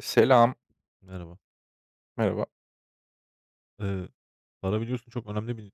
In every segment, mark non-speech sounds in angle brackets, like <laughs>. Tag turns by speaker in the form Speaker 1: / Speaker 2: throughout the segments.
Speaker 1: Selam.
Speaker 2: Merhaba.
Speaker 1: Merhaba.
Speaker 2: Eee, Para biliyorsun çok önemli bir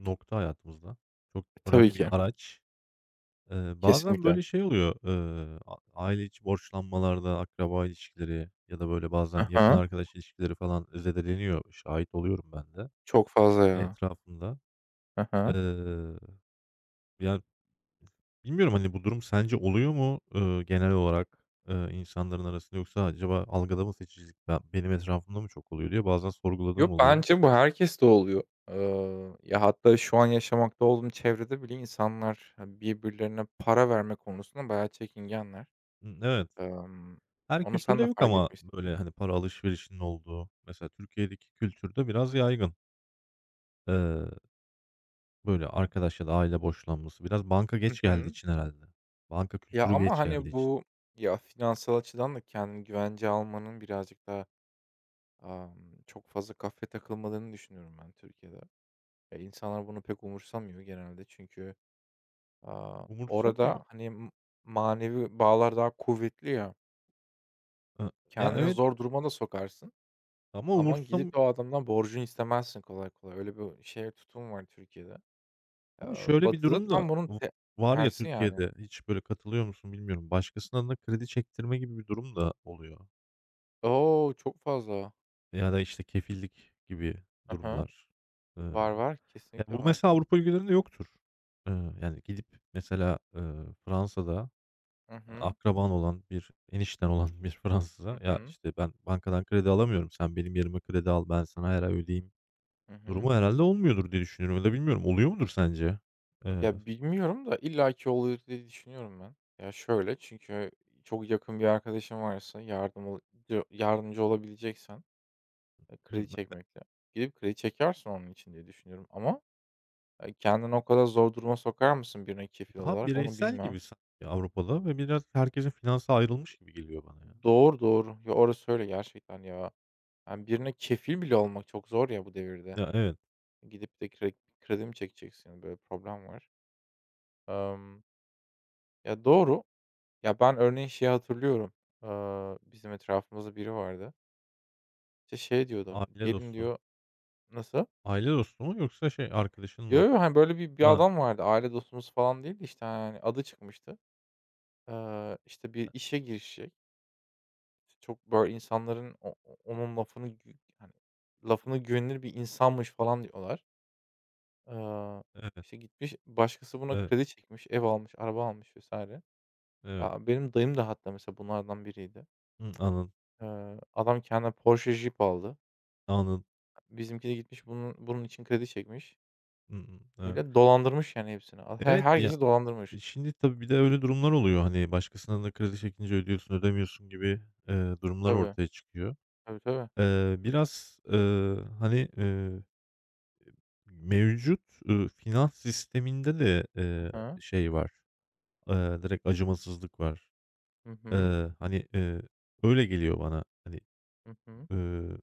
Speaker 2: nokta hayatımızda. Çok
Speaker 1: Tabii
Speaker 2: önemli
Speaker 1: ki.
Speaker 2: bir araç. Bazen
Speaker 1: Kesinlikle.
Speaker 2: böyle şey oluyor, a aile içi borçlanmalarda, akraba ilişkileri ya da böyle bazen
Speaker 1: Hı
Speaker 2: yakın
Speaker 1: hı.
Speaker 2: arkadaş ilişkileri falan zedeleniyor. Şahit oluyorum ben de
Speaker 1: Çok fazla ya.
Speaker 2: etrafımda.
Speaker 1: Hı hı.
Speaker 2: Eee, Yani bilmiyorum, hani, bu durum sence oluyor mu, genel olarak, insanların arasında yoksa acaba algıda mı seçicilik benim etrafımda mı çok oluyor diye bazen
Speaker 1: Yo,
Speaker 2: sorguladığım oluyor.
Speaker 1: bence bu herkeste oluyor. Ya, hatta şu an yaşamakta olduğum çevrede bile insanlar, hani, birbirlerine para verme konusunda bayağı çekingenler.
Speaker 2: Hımm, evet.
Speaker 1: Emm,
Speaker 2: Her
Speaker 1: onu
Speaker 2: kültürde
Speaker 1: sen de
Speaker 2: yok
Speaker 1: fark
Speaker 2: ama
Speaker 1: etmiştin.
Speaker 2: böyle, hani, para alışverişinin olduğu, mesela Türkiye'deki kültürde biraz yaygın. Eee, Böyle arkadaş ya da aile boşlanması biraz banka
Speaker 1: Hı
Speaker 2: geç geldiği
Speaker 1: hı.
Speaker 2: için herhalde. Banka
Speaker 1: Ya,
Speaker 2: kültürü
Speaker 1: ama,
Speaker 2: geç geldiği
Speaker 1: hani,
Speaker 2: için.
Speaker 1: ya, finansal açıdan da kendini güvence almanın birazcık da, çok fazla kafaya takılmadığını düşünüyorum ben Türkiye'de. Ya, insanlar bunu pek umursamıyor genelde çünkü
Speaker 2: Umursamıyor.
Speaker 1: orada, hani, manevi bağlar daha kuvvetli ya,
Speaker 2: Eee, Ya,
Speaker 1: kendini
Speaker 2: evet
Speaker 1: zor duruma da sokarsın
Speaker 2: ama
Speaker 1: ama
Speaker 2: umursam
Speaker 1: gidip de o adamdan borcunu istemezsin kolay kolay. Öyle bir şey, tutum var Türkiye'de.
Speaker 2: ama şöyle bir
Speaker 1: Batı'da
Speaker 2: durum da
Speaker 1: tam bunun
Speaker 2: var ya
Speaker 1: tersi yani.
Speaker 2: Türkiye'de, hiç böyle katılıyor musun bilmiyorum. Başkasının da kredi çektirme gibi bir durum da oluyor
Speaker 1: Oo, çok fazla.
Speaker 2: ya da, işte, kefillik gibi
Speaker 1: Hı.
Speaker 2: durumlar. Eee
Speaker 1: Var, var.
Speaker 2: Ya,
Speaker 1: Kesinlikle
Speaker 2: bu
Speaker 1: var.
Speaker 2: mesela Avrupa ülkelerinde yoktur. Eee, Yani, gidip mesela, Fransa'da
Speaker 1: Hı hı.
Speaker 2: akraban olan bir enişten olan <laughs> bir
Speaker 1: Hı
Speaker 2: Fransız'a, "Ya,
Speaker 1: hı.
Speaker 2: işte, ben bankadan kredi alamıyorum. Sen benim yerime kredi al, ben sana her ay ödeyeyim."
Speaker 1: Hı hı.
Speaker 2: durumu herhâlde olmuyordur diye düşünüyorum ya da bilmiyorum. Oluyor mudur sence? Eee,
Speaker 1: Ya, bilmiyorum da illaki oluyor diye düşünüyorum ben. Ya, şöyle çünkü çok yakın bir arkadaşın varsa yardımcı olabileceksen. E, kredi
Speaker 2: Hımm,
Speaker 1: çekmekle. Gidip kredi çekersin onun için diye düşünüyorum ama, kendini o kadar zor duruma sokar mısın birine kefil
Speaker 2: daha
Speaker 1: olarak onu
Speaker 2: bireysel gibi
Speaker 1: bilmem.
Speaker 2: sanki Avrupa'da ve biraz herkesin finansı ayrılmış gibi geliyor bana ya.
Speaker 1: Doğru, doğru. Ya, orası öyle gerçekten ya. Yani, birine kefil bile olmak çok zor ya bu devirde.
Speaker 2: Ya, evet.
Speaker 1: Gidip de kredi mi çekeceksin? Böyle problem var. Emm, ya, doğru. Ya, ben örneğin şeyi hatırlıyorum. Bizim etrafımızda biri vardı. İşte, şey diyordu,
Speaker 2: Aile
Speaker 1: "Gelin"
Speaker 2: dostu.
Speaker 1: diyor. Nasıl?
Speaker 2: Aile dostu mu yoksa şey, arkadaşın
Speaker 1: Yo,
Speaker 2: mı?
Speaker 1: yo, hani, böyle bir
Speaker 2: Ha,
Speaker 1: adam vardı. Aile dostumuz falan değildi, işte, hani, adı çıkmıştı. İşte,
Speaker 2: e
Speaker 1: bir işe girişecek. İşte, çok, böyle, insanların o o onun lafını hani, lafını güvenilir bir insanmış falan diyorlar. Eee,
Speaker 2: evet,
Speaker 1: işte, gitmiş başkası buna
Speaker 2: evet,
Speaker 1: kredi çekmiş, ev almış, araba almış vesaire.
Speaker 2: evet.
Speaker 1: Ya, benim dayım da hatta mesela bunlardan biriydi.
Speaker 2: Hımm, anladım,
Speaker 1: Adam kendine Porsche Jeep aldı.
Speaker 2: anladım.
Speaker 1: Bizimki de gitmiş bunun için kredi çekmiş.
Speaker 2: Hı hı. Evet.
Speaker 1: Millet dolandırmış yani hepsini.
Speaker 2: Evet, ya,
Speaker 1: Herkesi dolandırmış.
Speaker 2: şimdi tabii bir de öyle durumlar oluyor, hani, başkasından da kredi çekince ödüyorsun, ödemiyorsun gibi, durumlar
Speaker 1: Tabii.
Speaker 2: ortaya çıkıyor.
Speaker 1: Tabii, tabii.
Speaker 2: Biraz, hani, mevcut, finans sisteminde de,
Speaker 1: Hı hı.
Speaker 2: şey var, direkt acımasızlık var.
Speaker 1: Hı hı.
Speaker 2: Hani, öyle geliyor bana. Hani,
Speaker 1: Hı hı.
Speaker 2: ııı,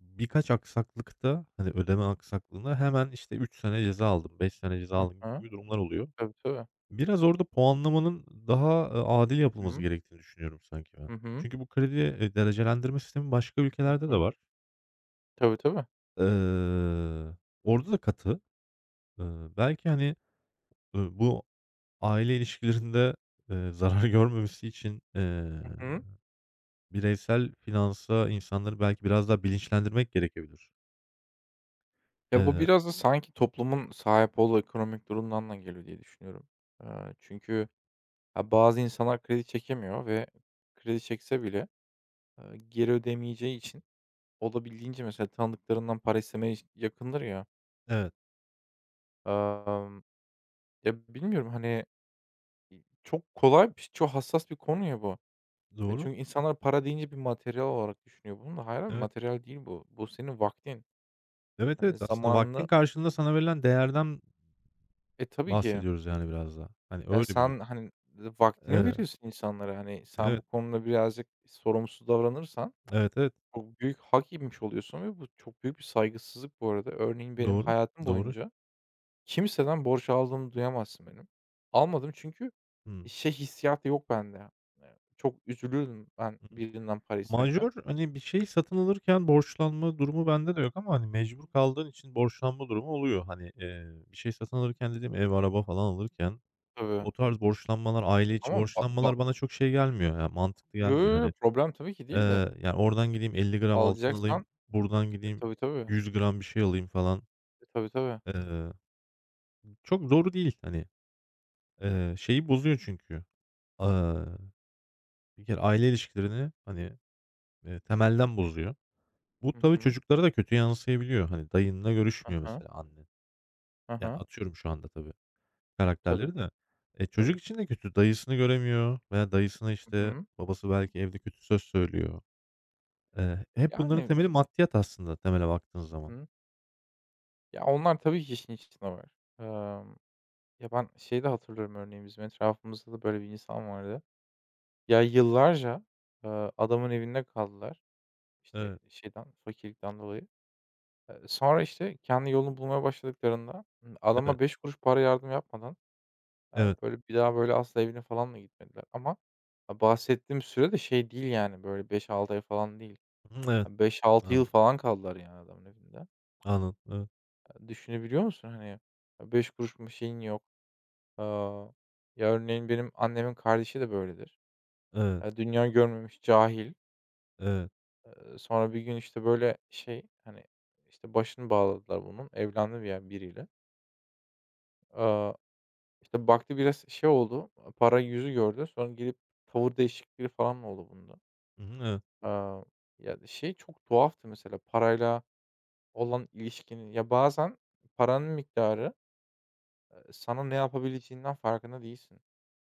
Speaker 2: birkaç aksaklıkta, hani, ödeme aksaklığında hemen, işte, 3 sene ceza aldım, 5 sene ceza
Speaker 1: Hı
Speaker 2: aldım
Speaker 1: hı.
Speaker 2: gibi durumlar oluyor.
Speaker 1: Tabii, tabii.
Speaker 2: Biraz orada puanlamanın daha, adil
Speaker 1: Hı
Speaker 2: yapılması
Speaker 1: hı.
Speaker 2: gerektiğini düşünüyorum sanki ben.
Speaker 1: Hı hı.
Speaker 2: Çünkü bu kredi, derecelendirme sistemi başka
Speaker 1: Hı
Speaker 2: ülkelerde de
Speaker 1: hı.
Speaker 2: var.
Speaker 1: Tabii, tabii.
Speaker 2: Eee, Orada da katı. Eee, Belki, hani, bu aile ilişkilerinde, eee, <laughs> zarar görmemesi için,
Speaker 1: Hı hı.
Speaker 2: bireysel finansa insanları belki biraz daha bilinçlendirmek gerekebilir.
Speaker 1: Ya, bu
Speaker 2: Eee,
Speaker 1: biraz da sanki toplumun sahip olduğu ekonomik durumdan da geliyor diye düşünüyorum. Çünkü, ha, bazı insanlar kredi çekemiyor ve kredi çekse bile, geri ödemeyeceği için olabildiğince mesela tanıdıklarından para istemeye yakındır ya.
Speaker 2: evet,
Speaker 1: Emm, ya, bilmiyorum, hani, çok kolay bir çok hassas bir konu ya bu. E,
Speaker 2: doğru.
Speaker 1: çünkü insanlar para deyince bir materyal olarak düşünüyor bunu da. Hayır abi,
Speaker 2: Evet,
Speaker 1: materyal değil bu. Bu senin vaktin.
Speaker 2: evet, evet,
Speaker 1: Hani,
Speaker 2: aslında vaktin
Speaker 1: zamanını.
Speaker 2: karşılığında sana verilen değerden
Speaker 1: E, tabii ki.
Speaker 2: bahsediyoruz yani biraz daha. Hani,
Speaker 1: Ya,
Speaker 2: öyle bir durum.
Speaker 1: sen, hani, vaktini
Speaker 2: Eee,
Speaker 1: veriyorsun insanlara. Hani, sen bu
Speaker 2: evet.
Speaker 1: konuda birazcık sorumsuz davranırsan
Speaker 2: Evet, evet.
Speaker 1: çok büyük hak yemiş oluyorsun ve bu çok büyük bir saygısızlık bu arada. Örneğin benim
Speaker 2: Doğru,
Speaker 1: hayatım
Speaker 2: doğru.
Speaker 1: boyunca kimseden borç aldığımı duyamazsın benim. Almadım çünkü
Speaker 2: Hımm.
Speaker 1: şey hissiyatı yok bende. Çok üzülürdüm ben birinden para isterken.
Speaker 2: Majör, hani, bir şey satın alırken borçlanma durumu bende de yok ama, hani, mecbur kaldığın için borçlanma durumu oluyor. Hani, bir şey satın alırken dediğim ev, araba falan alırken
Speaker 1: Tabii
Speaker 2: o tarz borçlanmalar, aile içi
Speaker 1: ama ba ba
Speaker 2: borçlanmalar bana çok şey gelmiyor yani mantıklı
Speaker 1: yo,
Speaker 2: gelmiyor.
Speaker 1: yo, yo,
Speaker 2: Hani,
Speaker 1: problem tabii ki değil de
Speaker 2: yani, oradan gideyim 50 gram altın alayım,
Speaker 1: alacaksan.
Speaker 2: buradan
Speaker 1: E,
Speaker 2: gideyim
Speaker 1: tabii, tabii.
Speaker 2: 100 gram bir şey alayım falan.
Speaker 1: E, tabii, tabii.
Speaker 2: Eee, Çok doğru değil. Hani, şeyi bozuyor çünkü, aaa, bir kere aile ilişkilerini, hani, temelden bozuyor. Bu
Speaker 1: Hı
Speaker 2: tabii
Speaker 1: hı.
Speaker 2: çocuklara da kötü yansıyabiliyor. Hani dayınla
Speaker 1: Hı
Speaker 2: görüşmüyor
Speaker 1: hı.
Speaker 2: mesela annen. Yani atıyorum şu anda tabii
Speaker 1: Tabii,
Speaker 2: karakterleri de. E, çocuk
Speaker 1: tabii.
Speaker 2: için de kötü. Dayısını göremiyor veya dayısına
Speaker 1: Hı
Speaker 2: işte
Speaker 1: hı.
Speaker 2: babası belki evde kötü söz söylüyor. Hep bunların
Speaker 1: Yani,
Speaker 2: temeli maddiyat aslında temele baktığın zaman.
Speaker 1: hı. Ya, onlar tabii ki işin içinde var. Emm, ya, ben şeyi de hatırlıyorum örneğin bizim etrafımızda da böyle bir insan vardı. Ya, yıllarca, adamın evinde kaldılar, işte,
Speaker 2: Evet,
Speaker 1: şeyden, fakirlikten dolayı. Sonra, işte, kendi yolunu bulmaya başladıklarında,
Speaker 2: evet,
Speaker 1: adama 5 kuruş para yardım yapmadan,
Speaker 2: evet,
Speaker 1: böyle, bir daha, böyle, asla evine falan da gitmediler ama, bahsettiğim süre de şey değil, yani, böyle, beş altı ay falan değil.
Speaker 2: hı evet,
Speaker 1: Beş altı yıl
Speaker 2: anladım,
Speaker 1: falan kaldılar, yani, adamın evinde.
Speaker 2: anladım, evet,
Speaker 1: Düşünebiliyor musun? Hani, 5 kuruş mu şeyin yok. Aaa, ya, örneğin benim annemin kardeşi de böyledir.
Speaker 2: evet,
Speaker 1: Ya, dünya görmemiş, cahil.
Speaker 2: evet,
Speaker 1: Sonra bir gün, işte, böyle, şey, hani, işte, başını bağladılar bunun. Evlendi bir yer biriyle. Aaa, işte, baktı biraz şey oldu, para yüzü gördü. Sonra gelip tavır değişikliği falan mı oldu bunda.
Speaker 2: hı, evet.
Speaker 1: Aaa, ya, şey çok tuhaftı mesela parayla olan ilişkinin. Ya, bazen paranın miktarı, sana ne yapabileceğinden farkında değilsin.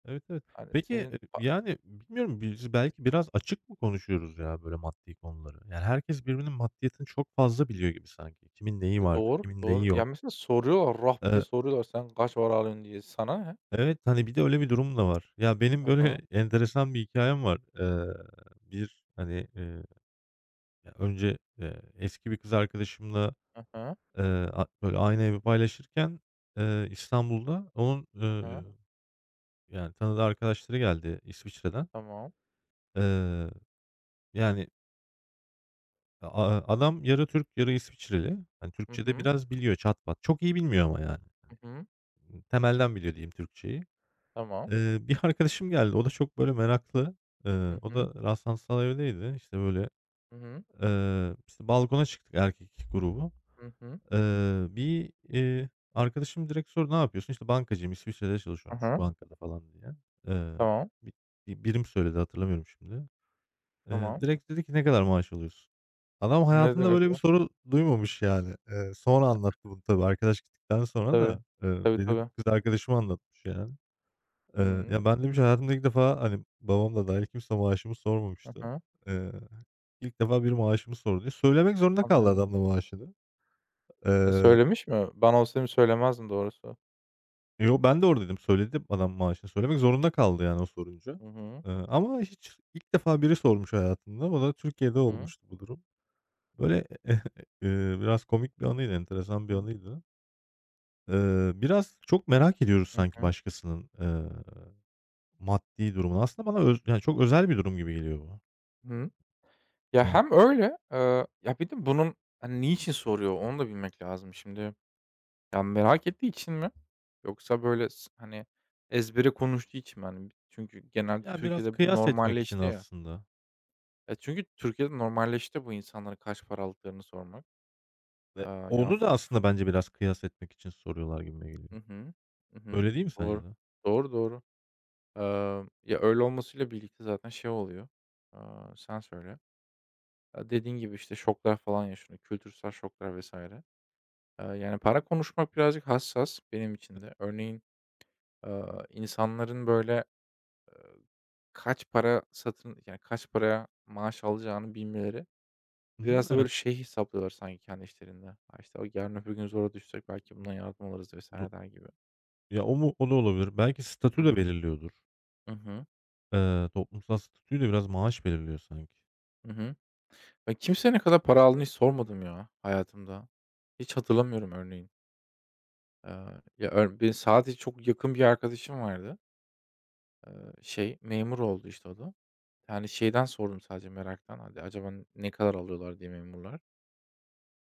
Speaker 2: Evet, evet.
Speaker 1: Hani,
Speaker 2: Peki,
Speaker 1: senin a
Speaker 2: yani, bilmiyorum, biz belki biraz açık mı konuşuyoruz ya böyle maddi konuları? Yani, herkes birbirinin maddiyatını çok fazla biliyor gibi sanki. Kimin neyi var,
Speaker 1: doğru,
Speaker 2: kimin neyi
Speaker 1: doğru. Ya,
Speaker 2: yok.
Speaker 1: mesela soruyorlar, rap diye
Speaker 2: Eee,
Speaker 1: soruyorlar, "Sen kaç para alıyorsun?" diye. Sana ne?
Speaker 2: evet, hani, bir de öyle bir durum da var. Ya, benim
Speaker 1: Hı
Speaker 2: böyle
Speaker 1: hı.
Speaker 2: <laughs> enteresan bir hikayem var. Bir, hani, eee, Ya, önce, eski bir kız arkadaşımla,
Speaker 1: Hı hı.
Speaker 2: eee, a böyle aynı evi paylaşırken, İstanbul'da onun,
Speaker 1: Hı hı.
Speaker 2: yani, tanıdığı arkadaşları geldi İsviçre'den.
Speaker 1: Tamam.
Speaker 2: Eee, yani, A Adam yarı Türk, yarı İsviçreli. Hani,
Speaker 1: Hı
Speaker 2: Türkçe de
Speaker 1: hı.
Speaker 2: biraz biliyor çat pat. Çok iyi bilmiyor ama yani.
Speaker 1: Hı hı.
Speaker 2: Temelden biliyor diyeyim Türkçeyi.
Speaker 1: Tamam.
Speaker 2: Bir arkadaşım geldi. O da çok böyle meraklı. Eee,
Speaker 1: Hı
Speaker 2: O
Speaker 1: hı.
Speaker 2: da rastlantısal evdeydi. İşte, böyle,
Speaker 1: Hı hı.
Speaker 2: işte, balkona çıktık erkek grubu.
Speaker 1: Hı hı.
Speaker 2: Eee, bir, eee, Arkadaşım direkt sordu, "Ne yapıyorsun?" İşte, "Bankacıyım, İsviçre'de
Speaker 1: Hı
Speaker 2: çalışıyorum şu
Speaker 1: hı.
Speaker 2: bankada." falan diye. Eee,
Speaker 1: Tamam.
Speaker 2: bi Bir birim söyledi hatırlamıyorum şimdi.
Speaker 1: Tamam.
Speaker 2: Direkt dedi ki, "Ne kadar maaş alıyorsun?" Adam
Speaker 1: Ne
Speaker 2: hayatında
Speaker 1: demek
Speaker 2: böyle bir
Speaker 1: bu?
Speaker 2: soru duymamış yani. Sonra anlattı bunu tabii. Arkadaş gittikten
Speaker 1: E,
Speaker 2: sonra
Speaker 1: tabii.
Speaker 2: da,
Speaker 1: Tabii,
Speaker 2: benim
Speaker 1: tabii.
Speaker 2: kız arkadaşım anlatmış yani.
Speaker 1: Hımm.
Speaker 2: Ya, ben demiş hayatımda ilk defa, hani, babam da dâhil kimse maaşımı
Speaker 1: Hı
Speaker 2: sormamıştı.
Speaker 1: hı.
Speaker 2: Eee, ilk defa bir maaşımı sordu diye. Söylemek zorunda kaldı
Speaker 1: Anlıyorum.
Speaker 2: adam da maaşını.
Speaker 1: E,
Speaker 2: Eee,
Speaker 1: söylemiş mi? Ben olsaydım söylemezdim doğrusu.
Speaker 2: Yo, ben de oradaydım. Söyledim adam maaşını. Söylemek zorunda kaldı yani o sorunca.
Speaker 1: Hı hı.
Speaker 2: Ama hiç ilk defa biri sormuş hayatında. O da Türkiye'de
Speaker 1: Hı hı.
Speaker 2: olmuştu bu durum. Böyle, <laughs> biraz komik bir anıydı, enteresan bir
Speaker 1: Hı hı.
Speaker 2: anıydı. Biraz çok merak ediyoruz
Speaker 1: Hı
Speaker 2: sanki
Speaker 1: hı.
Speaker 2: başkasının, maddi durumunu. Aslında bana yani çok özel bir durum gibi geliyor bu.
Speaker 1: Hı. Ya,
Speaker 2: Eee,
Speaker 1: hem öyle, ya, bir de bunun, hani, niçin soruyor onu da bilmek lazım şimdi. Ya, merak ettiği için mi? Yoksa, böyle, hani, ezbere konuştuğu için mi? Hani, çünkü genelde
Speaker 2: Ya, biraz
Speaker 1: Türkiye'de bu
Speaker 2: kıyas etmek için
Speaker 1: normalleşti ya.
Speaker 2: aslında
Speaker 1: Ya, çünkü Türkiye'de normalleşti bu insanlara kaç para aldıklarını sormak.
Speaker 2: ve
Speaker 1: Aaa, ya,
Speaker 2: onu da
Speaker 1: fı
Speaker 2: aslında bence biraz kıyas etmek için soruyorlar gibime geliyor.
Speaker 1: Hı hı. Hı hı.
Speaker 2: Öyle değil mi sence
Speaker 1: Doğru.
Speaker 2: de?
Speaker 1: Doğru, doğru. Ya, öyle olmasıyla birlikte zaten şey oluyor. Sen söyle. Ya, dediğin gibi, işte, şoklar falan yaşanıyor. Kültürsel şoklar vesaire. Yani, para konuşmak birazcık hassas benim için de. Örneğin, insanların, böyle, kaç para satın yani, kaç paraya maaş alacağını bilmeleri
Speaker 2: Hı
Speaker 1: biraz da,
Speaker 2: evet.
Speaker 1: böyle, şey hesaplıyorlar sanki kendi işlerinde. "Ha, işte, o yarın öbür gün zora düşsek belki bundan yardım alırız."
Speaker 2: Du
Speaker 1: vesaire der gibi.
Speaker 2: Ya, o mu o da olabilir. Belki
Speaker 1: Hı
Speaker 2: statü de
Speaker 1: hı.
Speaker 2: belirliyordur.
Speaker 1: Hı hı.
Speaker 2: Toplumsal statü de biraz maaş belirliyor sanki.
Speaker 1: Hı hı. Ben kimseye ne kadar para aldığını hiç sormadım ya hayatımda. Hiç hatırlamıyorum örneğin. Ya, ör benim sadece çok yakın bir arkadaşım vardı. Eee, şey, memur oldu, işte, o da. Yani, şeyden sordum sadece meraktan, hadi acaba ne kadar alıyorlar diye memurlar.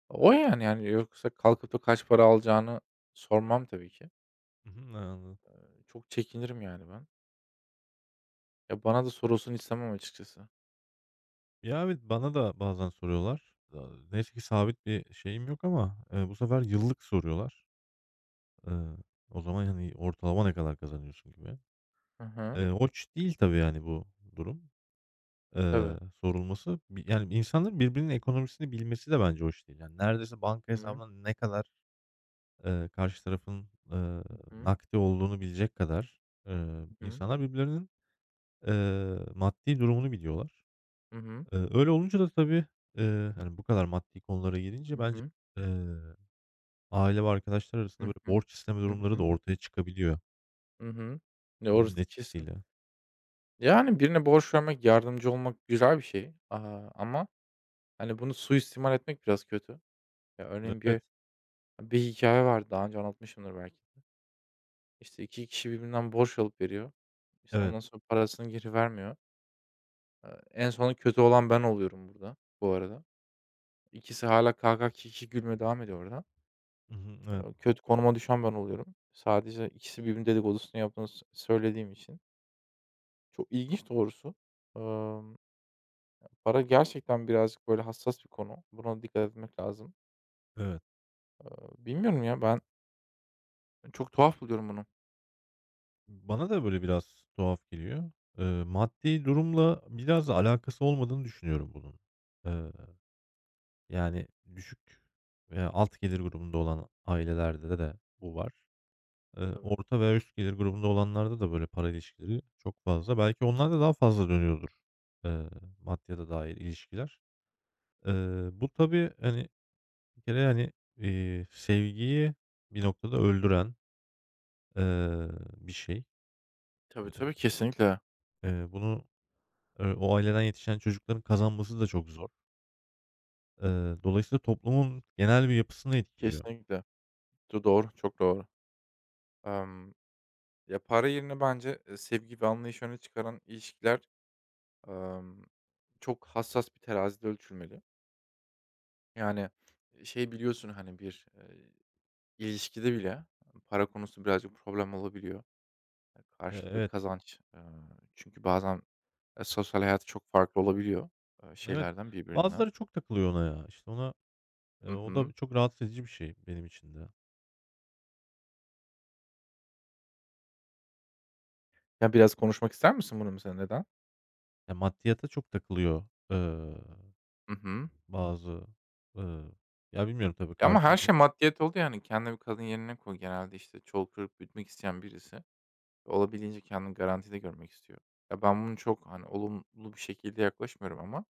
Speaker 1: O yani, yani, yoksa kalkıp da kaç para alacağını sormam tabii ki.
Speaker 2: Hı hı, evet, anladım.
Speaker 1: Çok çekinirim yani ben. Ya, bana da sorulsun istemem açıkçası.
Speaker 2: Ya, evet, bana da bazen soruyorlar. Neyse ki sabit bir şeyim yok ama, bu sefer yıllık soruyorlar. Eee, O zaman, hani, ortalama ne kadar kazanıyorsun gibi.
Speaker 1: Hı hı.
Speaker 2: Hoş değil tabii, yani, bu durum,
Speaker 1: Tabii.
Speaker 2: sorulması. Yani, insanların birbirinin ekonomisini bilmesi de bence hoş değil. Yani, neredeyse banka
Speaker 1: Hı hı.
Speaker 2: hesabında ne kadar, karşı tarafın,
Speaker 1: Hı hı.
Speaker 2: nakdi olduğunu bilecek kadar, insanlar birbirlerinin, maddi durumunu biliyorlar.
Speaker 1: Hı hı.
Speaker 2: Öyle olunca da tabii, hani, bu kadar maddi konulara gelince
Speaker 1: Hı
Speaker 2: bence,
Speaker 1: hı.
Speaker 2: eee, aile ve arkadaşlar arasında,
Speaker 1: Hı
Speaker 2: böyle,
Speaker 1: hı.
Speaker 2: borç isteme
Speaker 1: Hı
Speaker 2: durumları da
Speaker 1: hı.
Speaker 2: ortaya çıkabiliyor
Speaker 1: Ya,
Speaker 2: bunun
Speaker 1: orası kesin.
Speaker 2: etkisiyle.
Speaker 1: Yani, birine borç vermek, yardımcı olmak güzel bir şey, ama, hani, bunu suistimal etmek biraz kötü. Ya, örneğin
Speaker 2: Evet,
Speaker 1: bir hikaye vardı, daha önce anlatmışımdır belki. İşte, 2 kişi birbirinden borç alıp veriyor. İşte,
Speaker 2: evet.
Speaker 1: ondan sonra parasını geri vermiyor. En sonu kötü olan ben oluyorum burada bu arada. İkisi hâlâ kah kah kih kih gülmeye devam ediyor orada.
Speaker 2: Hı hı. Evet,
Speaker 1: Kötü konuma düşen ben oluyorum. Sadece ikisi birbirinin dedikodusunu yaptığını söylediğim için. Çok ilginç doğrusu. Emm, para gerçekten birazcık böyle hassas bir konu. Buna dikkat etmek lazım.
Speaker 2: evet.
Speaker 1: Bilmiyorum ya, ben çok tuhaf buluyorum bunu.
Speaker 2: Bana da böyle biraz tuhaf geliyor. Maddi durumla biraz da alakası olmadığını düşünüyorum bunun. Eee, Yani düşük veya alt gelir grubunda olan ailelerde de bu var.
Speaker 1: Tabii.
Speaker 2: Orta veya üst gelir grubunda olanlarda da böyle para ilişkileri çok fazla. Belki onlar da daha fazla dönüyordur, eee, maddiyata dair ilişkiler. Bu tabii, hani, bir kere, hani, sevgiyi bir noktada öldüren, eee, bir şey.
Speaker 1: Tabii,
Speaker 2: Evet.
Speaker 1: tabii, kesinlikle.
Speaker 2: Bunu, o aileden yetişen çocukların kazanması da çok zor. Dolayısıyla toplumun genel bir yapısını etkiliyor.
Speaker 1: Kesinlikle. Doğru, çok doğru. Emm, ya, para yerine bence, sevgi ve anlayışı öne çıkaran ilişkiler. Emm, çok hassas bir terazide ölçülmeli. Yani, şey biliyorsun, hani, ilişkide bile para konusu birazcık problem olabiliyor. Karşılıklı
Speaker 2: Evet,
Speaker 1: kazanç, çünkü bazen, sosyal hayatı çok farklı olabiliyor,
Speaker 2: evet.
Speaker 1: şeylerden birbirinden.
Speaker 2: Bazıları çok takılıyor ona ya. İşte ona,
Speaker 1: Hı
Speaker 2: o
Speaker 1: hı.
Speaker 2: da çok rahatsız edici bir şey benim için de.
Speaker 1: Ya, biraz konuşmak ister misin bunu mesela neden?
Speaker 2: Ya, maddiyata çok takılıyor, eee,
Speaker 1: Hı hı.
Speaker 2: bazı, ııı, ya, bilmiyorum tabii
Speaker 1: Ama
Speaker 2: karşı
Speaker 1: her şey
Speaker 2: cins.
Speaker 1: maddiyet oldu, yani. Kendine bir kadın yerine koy. Genelde, işte, çoluk çocuk büyütmek isteyen birisi olabildiğince kendini garantide görmek istiyor. Ya, ben bunu çok, hani, olumlu bir şekilde yaklaşmıyorum ama,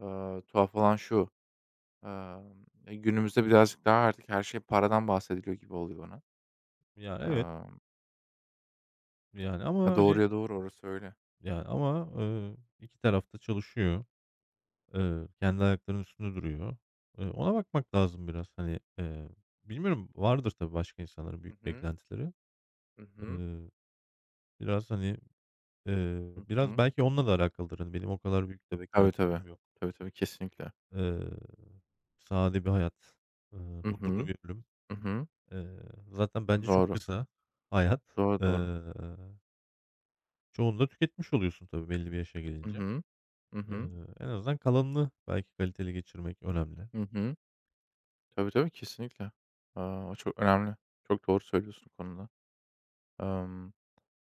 Speaker 1: tuhaf olan şu, emm, günümüzde birazcık daha artık her şey paradan bahsediliyor gibi oluyor bana.
Speaker 2: Ya, evet,
Speaker 1: Emm,
Speaker 2: yani ama,
Speaker 1: ya,
Speaker 2: hani,
Speaker 1: doğruya doğru, orası öyle.
Speaker 2: yani ama, 2 taraf çalışıyor. Kendi ayaklarının üstünde duruyor. Ona bakmak lazım biraz. Hani, bilmiyorum, vardır tabii başka insanların
Speaker 1: Hı
Speaker 2: büyük
Speaker 1: hı.
Speaker 2: beklentileri.
Speaker 1: Hı hı.
Speaker 2: Eee, Biraz, hani,
Speaker 1: Hı
Speaker 2: biraz
Speaker 1: hı.
Speaker 2: belki onunla da alakalıdır. Hani, benim o kadar büyük de
Speaker 1: Tabii, tabii.
Speaker 2: beklentilerim yok.
Speaker 1: Tabii, tabii, kesinlikle.
Speaker 2: Eee, Sade bir hayat, eee,
Speaker 1: Hı
Speaker 2: huzurlu
Speaker 1: hı.
Speaker 2: bir ölüm.
Speaker 1: Hı hı.
Speaker 2: Eee, Zaten bence çok
Speaker 1: Doğru.
Speaker 2: kısa hayat.
Speaker 1: Doğru, doğru.
Speaker 2: Çoğunu da tüketmiş oluyorsun tabii belli bir yaşa
Speaker 1: Hı
Speaker 2: gelince.
Speaker 1: hı. Hı
Speaker 2: Eee,
Speaker 1: hı.
Speaker 2: En azından kalanını belki kaliteli geçirmek önemli.
Speaker 1: Hı hı. Tabii, tabii, kesinlikle. O çok önemli. Çok doğru söylüyorsun bu konuda.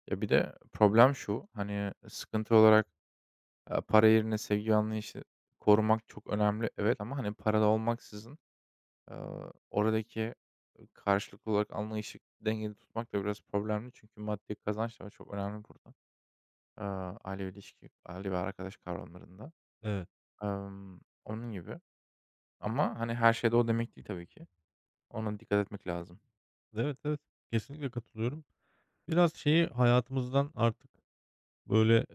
Speaker 1: Ya, bir de problem şu, hani, sıkıntı olarak, para yerine sevgi anlayışı korumak çok önemli, evet ama, hani, paralı olmaksızın, oradaki karşılıklı olarak anlayışı dengeli tutmak da biraz problemli. Çünkü maddi kazanç da çok önemli burada, eee, aile ve ilişki, aile ve arkadaş kavramlarında.
Speaker 2: Evet.
Speaker 1: Emm, onun gibi ama, hani, her şeyde o demek değil tabii ki. Ona dikkat etmek lazım.
Speaker 2: Evet, evet. Kesinlikle katılıyorum. Biraz şeyi hayatımızdan artık böyle,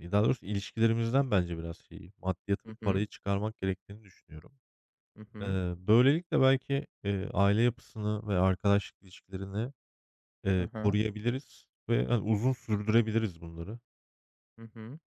Speaker 2: daha doğrusu ilişkilerimizden bence biraz şeyi, maddiyatı ve
Speaker 1: Hı hı.
Speaker 2: parayı çıkarmak gerektiğini düşünüyorum.
Speaker 1: Hı hı.
Speaker 2: Böylelikle belki, aile yapısını ve arkadaşlık ilişkilerini,
Speaker 1: Hı hı.
Speaker 2: koruyabiliriz ve, hani, uzun sürdürebiliriz bunları.
Speaker 1: Hı hı.